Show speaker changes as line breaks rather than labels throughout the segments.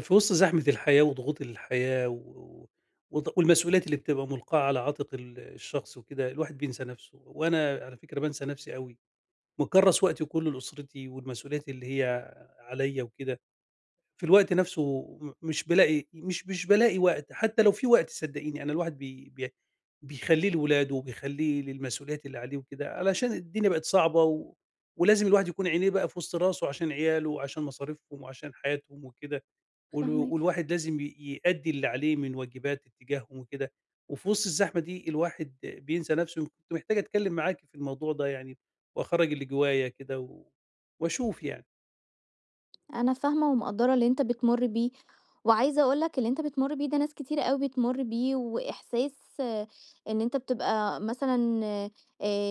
في وسط زحمة الحياة وضغوط الحياة والمسؤوليات اللي بتبقى ملقاة على عاتق الشخص وكده الواحد بينسى نفسه. وأنا على فكرة بنسى نفسي قوي، مكرس وقتي كله لأسرتي والمسؤوليات اللي هي عليا وكده. في الوقت نفسه مش بلاقي وقت، حتى لو في وقت صدقيني أنا الواحد بيخليه لولاده وبيخليه للمسؤوليات اللي عليه وكده، علشان الدنيا بقت صعبة ولازم الواحد يكون عينيه بقى في وسط راسه عشان عياله وعشان مصاريفهم وعشان حياتهم وكده. وال
فاهماك.
والواحد لازم يأدّي اللي عليه من واجبات اتجاههم وكده. وفي وسط الزحمة دي الواحد بينسى نَفْسه، كنت محتاج أتكلّم معاكِ في الموضوع ده يعني وأخرّج اللي جوايا كده وأشوف يعني.
أنا فاهمة ومقدّرة اللي أنت بتمُر بيه، وعايزة أقول لك اللي أنت بتمُر بيه ده ناس كتيرة أوي بتمُر بيه، وإحساس آه، إن أنت بتبقى مثلًا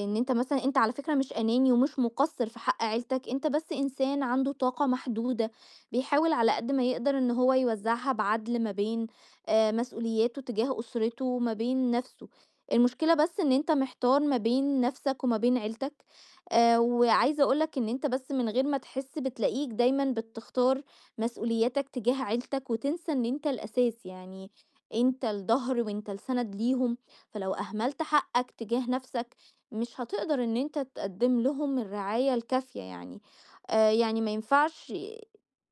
إن أنت مثلًا أنت على فكرة مش أناني ومش مُقصّر في حق عيلتك، أنت بس إنسان عنده طاقة محدودة، بيحاول على قد ما يقدر إن هو يوزّعها بعدل ما بين مسؤولياته تجاه أسرته وما بين نَفْسه. المشكلة بس إن أنت محتار ما بين نَفْسك وما بين عيلتك، وعايزة أقول لك إن أنت بس من غير ما تحس بتلاقيك دايمًا بتختار مسؤولياتك تجاه عيلتك وتنسى إن أنت الأساس، يعني أنت الضهر وأنت السند ليهم، فلو أهملت حقك تجاه نَفْسك مش هتقدر إن أنت تقدّم لهم الرعاية الكافية يعني. يعني ما ينفعش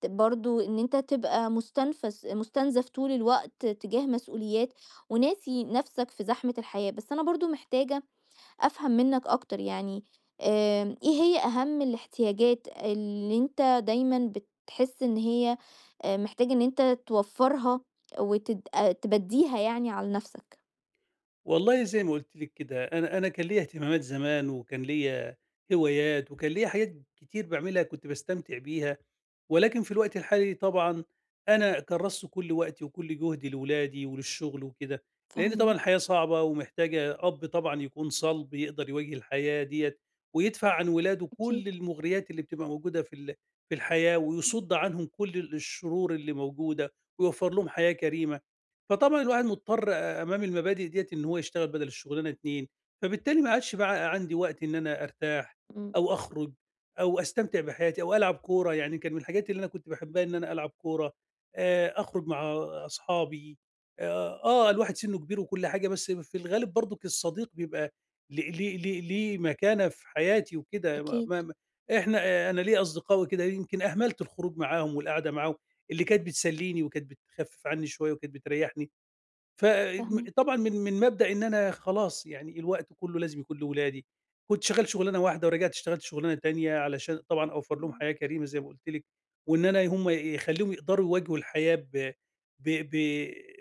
برضه إن أنت تبقى مُستنفس مُستنزف طول الوقت تجاه مسؤوليات وناسي نَفْسك في زحمة الحياة. بس أنا برضه محتاجة أفهم منّك أكتر يعني، إيه هي أهم الاحتياجات اللي أنت دايمًا بتحس إن هي محتاج إن أنت توفّرها وتد تبدّيها يعني على نَفْسك؟
والله زي ما قُلت لِك كده، أنا كان ليّا اهتمامات زمان، وكان ليّا هوايات، وكان ليّا حاجات كتير باعملها كنت باستمتع بيها. ولكن في الوقت الحالي طبعًا أنا كرّست كل وقتي وكل جهدي لولادي وللشغل وكده، لإن طبعًا
فاهماك،
الحياة صعبة ومحتاجة أب طبعًا يكون صلب يقدر يواجه الحياة ديّة، ويدفع عن ولاده
أكيد.
كل المغريات اللي بتبقى موجودة في في الحياة،
إمم.
ويصُد عنهم كل الشرور اللي موجودة، ويوفّر لهم حياة كريمة. فطبعًا الواحد مضطر أمام المبادئ ديّة إن هو يشتغل بدل الشغلانة 2، فبالتالي ما عادش بقى عندي وقت إن أنا أرتاح
إمم.
أو أخرج أو أستمتع بحياتي أو ألعب كورة، يعني كان من الحاجات اللي أنا كنت باحبها إن أنا ألعب كورة. أخرج مع أصحابي. آآ الواحد سِنّه كبير وكل حاجة، بس في الغالب برضُك الصديق بيبقى ليه مكانة في حياتي وكده. ما
أكيد،
ما ما إحنا أنا ليّا أصدقاء وكده يمكن أهملت الخروج معاهم والقعدة معاهم، اللي كانت بتسلّيني وكانت بتخفِّف عني شوية وكانت بتريّحني.
فاهماك.
طبعًا من مبدأ إن أنا خلاص يعني الوقت كُلّه لازم يكون لولادي، كنت شغّال شغلانة واحدة ورجعت اشتغلت شغلانة تانية علشان طبعًا أوفّر لهم
إمم.
حياة كريمة زي ما قُلت لِك، وإن أنا هم يخلّيهم يقدروا يواجهوا الحياة ب ب ب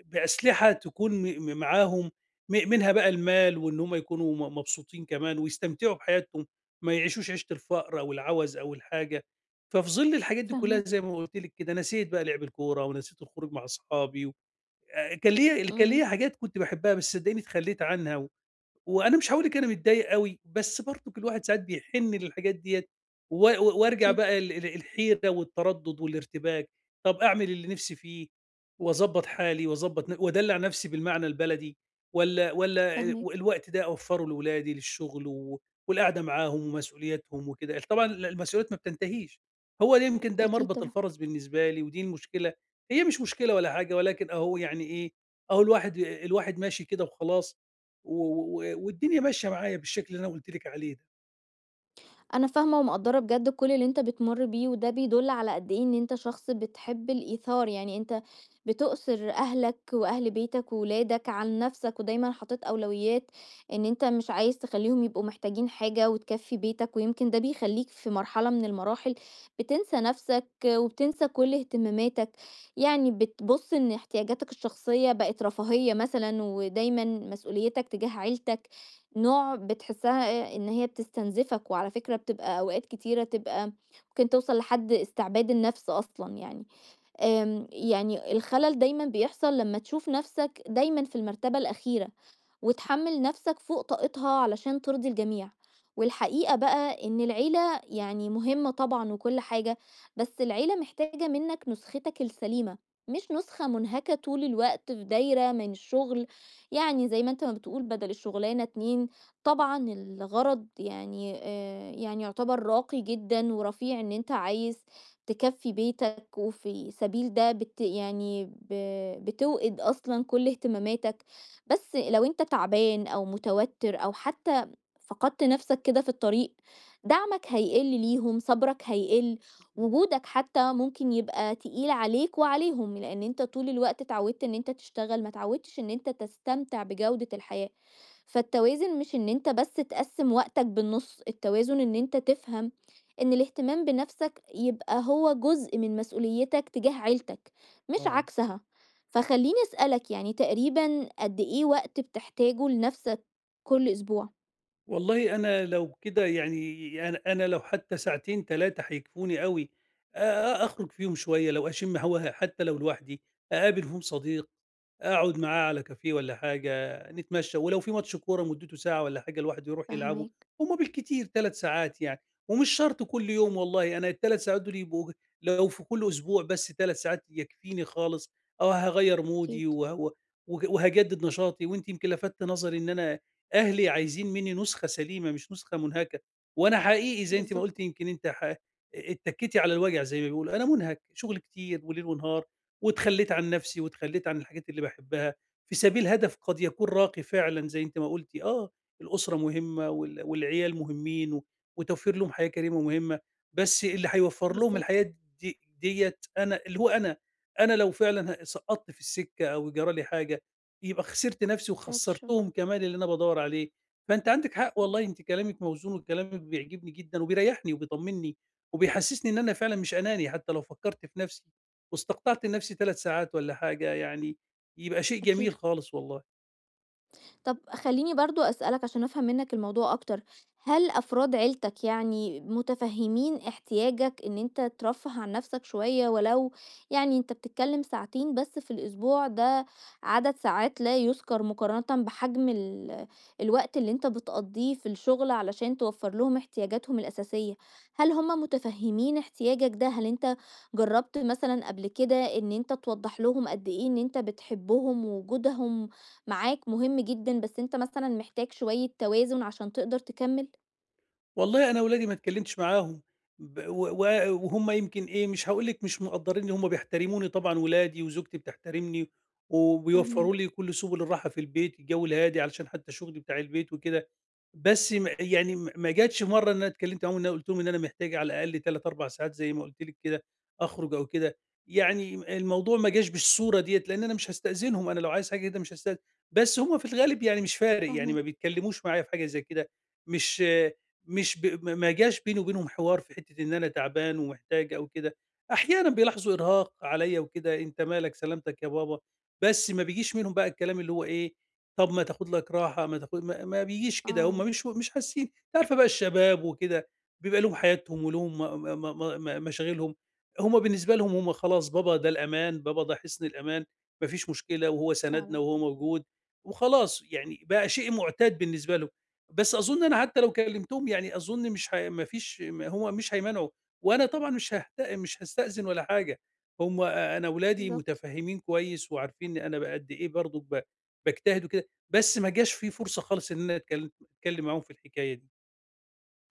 بأسلحة تكون م م معاهم. منها بقى المال وإن هم يكونوا مبسوطين كمان ويستمتعوا بحياتهم، ما يعيشوش عيشة الفقر أو العَوَز أو الحاجة. ففي ظِل الحاجات دي كُلّها زي
فاهماك،
ما قُلت لِك كده نسيت بقى لِعب الكورة ونسيت الخروج مع أصحابي. كان
إمم،
ليّا حاجات كنت باحبها بس صدّقيني اتخلّيت عنها. وأنا مش هاقول لِك أنا متضايق أوي، بس برضك الواحد ساعات بيحِن للحاجات ديّة. و و وارجع
أكيد،
بقى ال ال الحيرة والتردُّد والارتباك. طَب أعمل اللي نِفْسي فيه وأضبّط حالي وأضبّط ن وأدلّع نَفْسي بالمعنى البلدي، والّا
فاهماك،
الوقت ده أوفّره لولادي للشُغل والقعدة معاهم ومسؤولياتهم وكده. طبعًا المسؤوليات ما بتنتهيش، هو ده يمكن ده
أكيد
مربط
طبعًا.
الفَرَس بالنسبة لي ودي المشكلة. هي مش مشكلة ولا حاجة ولكن أهو يعني إيه، أهو الواحد ماشي كده وخلاص، و و والدنيا ماشية معايا بالشكل اللي أنا قُلت لِك عليه ده.
أنا فاهمة ومقدّرة بجد كل اللي أنت بتمُر بيه، وده بيدُل على قد إيه إن أنت شخص بتحب الإيثار، يعني أنت بتؤثر أهلك وأهل بيتك وولادك عن نَفْسك، ودايمًا حاطط أولويات إن أنت مش عايز تخلّيهم يبقوا محتاجين حاجة وتكفّي بيتك، ويمكن ده بيخلّيك في مرحلة من المراحل بتنسى نَفْسك وبتنسى كل اهتماماتك، يعني بتبُص إن احتياجاتك الشخصية بقت رفاهية مثلًا، ودايمًا مسؤوليتك تجاه عيلتك نوع بتحسّها إيه، إن هي بتستنزفك، وعلى فكرة بتبقى أوقات كتيرة تبقى ممكن توصل لحد استعباد النفس أصلًا يعني، يعني الخلل دايمًا بيحصل لمّا تشوف نفسك دايمًا في المرتبة الأخيرة. وتحمّل نَفْسك فوق طاقتها علشان ترضي الجميع. والحقيقة بقى إن العيلة يعني مهمة طبعًا وكل حاجة، بس العيلة محتاجة منّك نسختك السليمة، مش نسخة مُنهكة طول الوقت في دايرة من الشغل، يعني زي ما أنت ما بتقول بدل الشغلانة 2. طبعًا الغرض يعني يعني يُعتبر راقي جدًا ورفيع إن أنت عايز تكفّي بيتك وفي سبيل ده يعني بتوقِد أصلًا كل اهتماماتك. بس لو أنت تعبان أو متوتر أو حتى فقدت نفسك كده في الطريق، دعمك هيقل ليهم، صبرك هيقل، وجودك حتى ممكن يبقى تقيل عليك وعليهم، لأن أنت طول الوقت اتعودت إن أنت تشتغل ما اتعودتش إن أنت تستمتع بجودة الحياة. فالتوازن مش إن أنت بس تقسم وقتك بالنص، التوازن إن أنت تفهم إن الاهتمام بنفسك يبقى هو جزء من مسؤوليتك تجاه عيلتك، مش
آه.
عكسها. فخلّيني أسألك يعني تقريبًا قد إيه وقت بتحتاجه لنَفْسك كل أسبوع؟
والله أنا لو كده يعني أنا لو حتى ساعتين 3 هيكفوني أوي. أخرج فيهم شوية، لو أشم هوا حتى لو لوحدي، أقابل فيهم صديق. أقعد معاه على كافيه والّا حاجة، نتمشى ولو في ماتش كورة مدته ساعة والّا حاجة الواحد يروح يلعبه.
فاهماك،
هم بالكتير 3 ساعات يعني، ومش شرط كل يوم والله، أنا ال3 ساعات دول يبقوا لو في كل أسبوع بس 3 ساعات يكفيني خالص. آه، هاغيّر
أكيد،
مودي وه و وج وهاجدد نشاطي. وأنتِ يمكن لفتّ نظري إن أنا أهلي عايزين مني نسخة سليمة مش نسخة منهكة، وأنا حقيقي زي أنتِ ما
بالضبط،
قُلتِ يمكن أنتِ ح اتّكيتِ على الوجع زي ما بيقولوا. أنا مُنهك، شغل كتير وليل ونهار. واتخلّيت عن نفسي، واتخلّيت عن الحاجات اللي باحبها، في سبيل هدف قد يكون راقي فعلًا زي أنتِ ما قُلتِ آه. الأسرة مهمة والعيال مهمين وتوفير لهم حياة كريمة مهمة. بس اللي هيوفّر لهم
بالضبط،
الحياة ديّة أنا اللي هو أنا. أنا لو فعلًا سقطت في السكة أو جرى لي حاجة، يبقى خسرت نفسي
بعد الشر،
وخسّرتهم كمان اللي أنا بادوّر عليه. فأنتِ عندِك حق
إمم.
والله، أنتِ كلامِك موزون وكلامِك بيعجبني جدًا وبيريّحني وبيطمّني، وبيحسّسني إن أنا فعلًا مش أناني حتى لو فكّرت في نفسي. واستقطعت لنفسي 3 ساعات والّا حاجة يعني، يبقى شيء
أكيد.
جميل خالص والله.
طب خلّيني برضه أسألك عشان أفهم منّك الموضوع أكتر، هل أفراد عيلتك يعني متفهمين احتياجك إن أنت ترفّه عن نَفْسك شوية ولو يعني أنت بتتكلّم ساعتين بس في الأسبوع، ده عدد ساعات لا يُذكر مقارنةً بحجم الوقت اللي أنت بتقضّيه في الشغل علشان توفّر لهم احتياجاتهم الأساسية، هل هم متفهمين احتياجك ده؟ هل أنت جرّبت مثلًا قبل كده إن أنت توضّح لهم قد إيه إن أنت بتحبهم ووجودهم معاك مهم جدًا، بس أنت مثلًا محتاج شوية توازن عشان تقدر تكمّل.
والله أنا ولادي ما اتكلمتش معاهم. ب و و وهُم يمكن إيه، مش هاقول لِك مش مقدّرينّي، هُم بيحترموني طبعًا ولادي وزوجتي بتحترمني، وبيوفّروا
فاهماك،
لي كل سُبل الراحة في البيت، الجو الهادي علشان حتى شغلي بتاع البيت وكده. بس م يعني م ما جاتش مرّة إن أنا اتكلمت معاهم إن أنا قُلت لهم إن أنا محتاج على الأقل 3، 4 ساعات زي ما قُلت لِك كده أخرج أو كده. يعني الموضوع ما جاش بالصورة ديّة، لإن أنا مش هاستأذنهم، أنا لو عايز حاجة كده مش هاستأذن. بس هُم في الغالب يعني مش فارق، يعني ما
فاهماك.
بيتكلموش معايا في حاجة زي كده. مش مش ب ما ما جاش بيني وبينهم حوار في حتّة إن أنا تعبان ومحتاج أو كده. أحيانًا بيلاحظوا إرهاق عليَّ وكده، أنت مالك سلامتك يا بابا. بس ما بيجيش منهم بقى الكلام اللي هو إيه، طب ما تاخد لك راحة، ما تاخد ما ما بيجيش كده،
آه،
هم مش حاسين، أنت عارفة بقى الشباب وكده. بيبقى لهم حياتهم ولهم مشاغلهم. هم بالنسبة لهم هم خلاص بابا ده الأمان، بابا ده حصن الأمان، ما فيش مشكلة وهو سندنا
فعلًا،
وهو موجود. وخلاص يعني بقى شيء مُعتاد بالنسبة لهم. بس أظن أنا حتى لو كلمتهم يعني أظن مش هي ما فيش هم مش هيمنعوا. وأنا طبعًا مش هاستأذن ولا حاجة. هم أ أنا ولادي
بالضبط.
متفهمين كويس وعارفين ان أنا قد إيه برضه باجتهد وكده. بس ما جاش في فرصة خالص إن أنا أتكلم معاهم في الحكاية دي.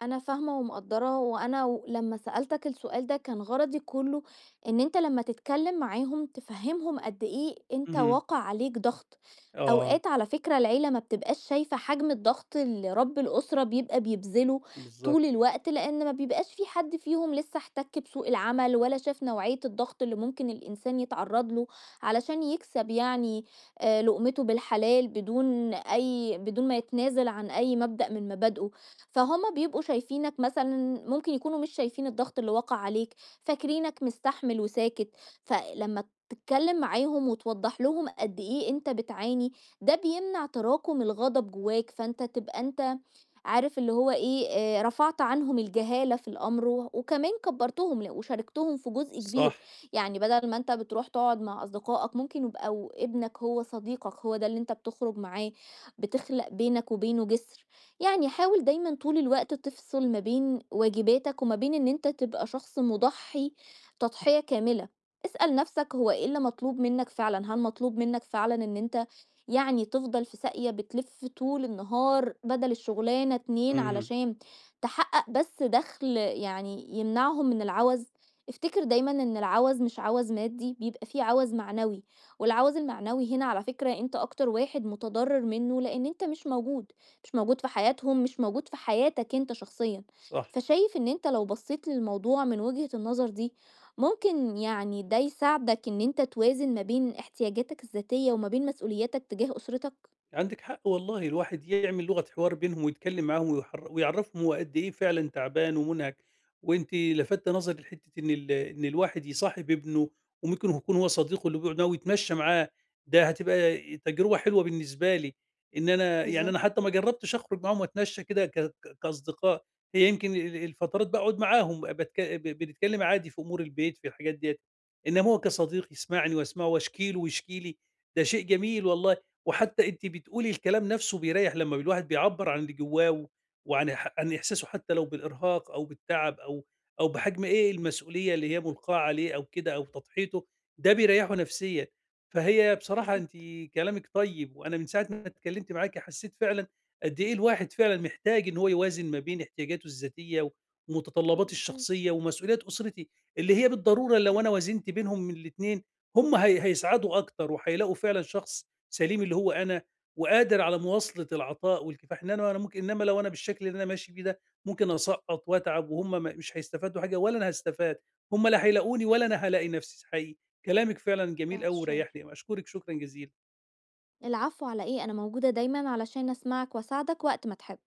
أنا فاهمة ومقدّرة، وأنا لمّا سألتك السؤال ده كان غرضي كُلّه إن أنت لمّا تتكلّم معاهم تفهّمهم قد إيه أنت
اهم.
واقع عليك ضغط،
آه،
أوقات على فكرة العيلة ما بتبقاش شايفة حجم الضغط اللي رب الأسرة بيبقى بيبذله
بالضبط،
طول الوقت، لإن ما بيبقاش في حد فيهم لسه احتَك بسوق العمل ولا شاف نوعية الضغط اللي ممكن الإنسان يتعرّض له علشان يكسب يعني لقمته بالحلال بدون بدون ما يتنازل عن أي مبدأ من مبادئه، فهُم بيبقوا شايفينك مثلًا ممكن يكونوا مش شايفين الضغط اللي وقع عليك، فاكرينك مستحمل وساكت، فلمّا تتكلم معاهم وتوضّح لهم قد إيه أنت بتعاني، ده بيمنع تراكم الغضب جواك، فأنت تبقى أنت عارف اللي هو إيه، رفعت عنهم الجهالة في الأمر، و وكمان كبّرتهم وشاركتهم في جزء كبير،
صح،
يعني بدل ما أنت بتروح تقعد مع أصدقائك ممكن يبقوا ابنك هو صديقك، هو ده اللي أنت بتخرج معاه، بتخلق بينك وبينه جسر. يعني حاول دايمًا طول الوقت تفصل ما بين واجباتك وما بين إن أنت تبقى شخص مُضحّي تضحية كاملة، اسأل نفْسك هو إيه اللي مطلوب منك فعلًا، هل مطلوب منك فعلًا إن أنت يعني تفضل في ساقية بتلِف طول النهار بدل الشغلانة 2
اهم،
علشان تحقق بس دخْل يعني يمنعهم من العَوَز؟ افتكر دايمًا إن العَوَز مش عَوَز مادي، بيبقى في عَوَز معنوي، والعَوَز المعنوي هنا على فكرة أنت أكتر واحد متضرر منه لإن أنت مش موجود. مش موجود في حياتهم، مش موجود في حياتك أنت شخصيًا،
صح.
فشايف إن أنت لو بصيت للموضوع من وجهة النظر دي، ممكن يعني ده يساعدك إن أنت توازن ما بين احتياجاتك الذاتية وما بين مسؤولياتك تجاه أسرتك؟
عندِك حق والله، الواحد يعمل لغة حوار بينهم ويتكلّم معاهم ويعرّفهم هو قد إيه فعلًا تعبان ومُنهَك. وأنتِ لفتّ نظري لحتّة إن الواحد يصاحب ابنه وممكن يكون هو صديقه اللي بيقعد معاه ويتمشّى معاه، ده هتبقى تجربة حلوة بالنسبة لي. إن أنا يعني أنا
بالضبط،
حتّى ما جرّبتش أخرج معاهم وأتمشّى كده ك ك كأصدقاء، هي يمكن الفترات باقعد معاهم باتك ب بنتكلّم عادي في أمور البيت في الحاجات ديّة، إنّما هو كصديق يسمعني وأسمعه واشكي له ويشكي لي. ده شيء جميل والله. وحتى أنتِ بتقولي الكلام نفسه بيريّح لمّا الواحد بيعبّر عن اللي جوّاه و وعن ح عن إحساسه حتى لو بالإرهاق أو بالتعب أو بحجم المسؤولية اللي هي مُلقاة عليه أو كده أو تضحيته، ده بيريّحه نفسيًا. فهي بصراحة أنتِ
بالضبط.
كلامِك طيب، وأنا من ساعة ما اتكلمت معاكِ حسيت فعلًا قد إيه الواحد فعلًا محتاج إن هو يوازن ما بين احتياجاته الذاتية ومتطلباتي
ممتاز.
الشخصية ومسؤوليات أسرتي، اللي هي بالضرورة لو أنا
إمم،
وازنت بينهم من الاتنين هم هيسعدوا أكتر وهيلاقوا فعلًا شخص سليم اللي هو أنا وقادر على مواصلة العطاء والكفاح، إنما لو أنا بالشكل اللي أنا ماشي بيه ده ممكن أسقّط وأتعب وهُم مش هيستفادوا حاجة ولا أنا هاستفاد، هُم لا هيلاقوني ولا أنا هالاقي نفسي حقيقي. كلامِك فعلًا جميل
بعد
أوي
الشر.
وريّحني، أشكرِك شكرًا جزيلًا.
العفو على إيه، أنا موجودة دايمًا علشان أسمعك وأساعدك وقت ما تحب.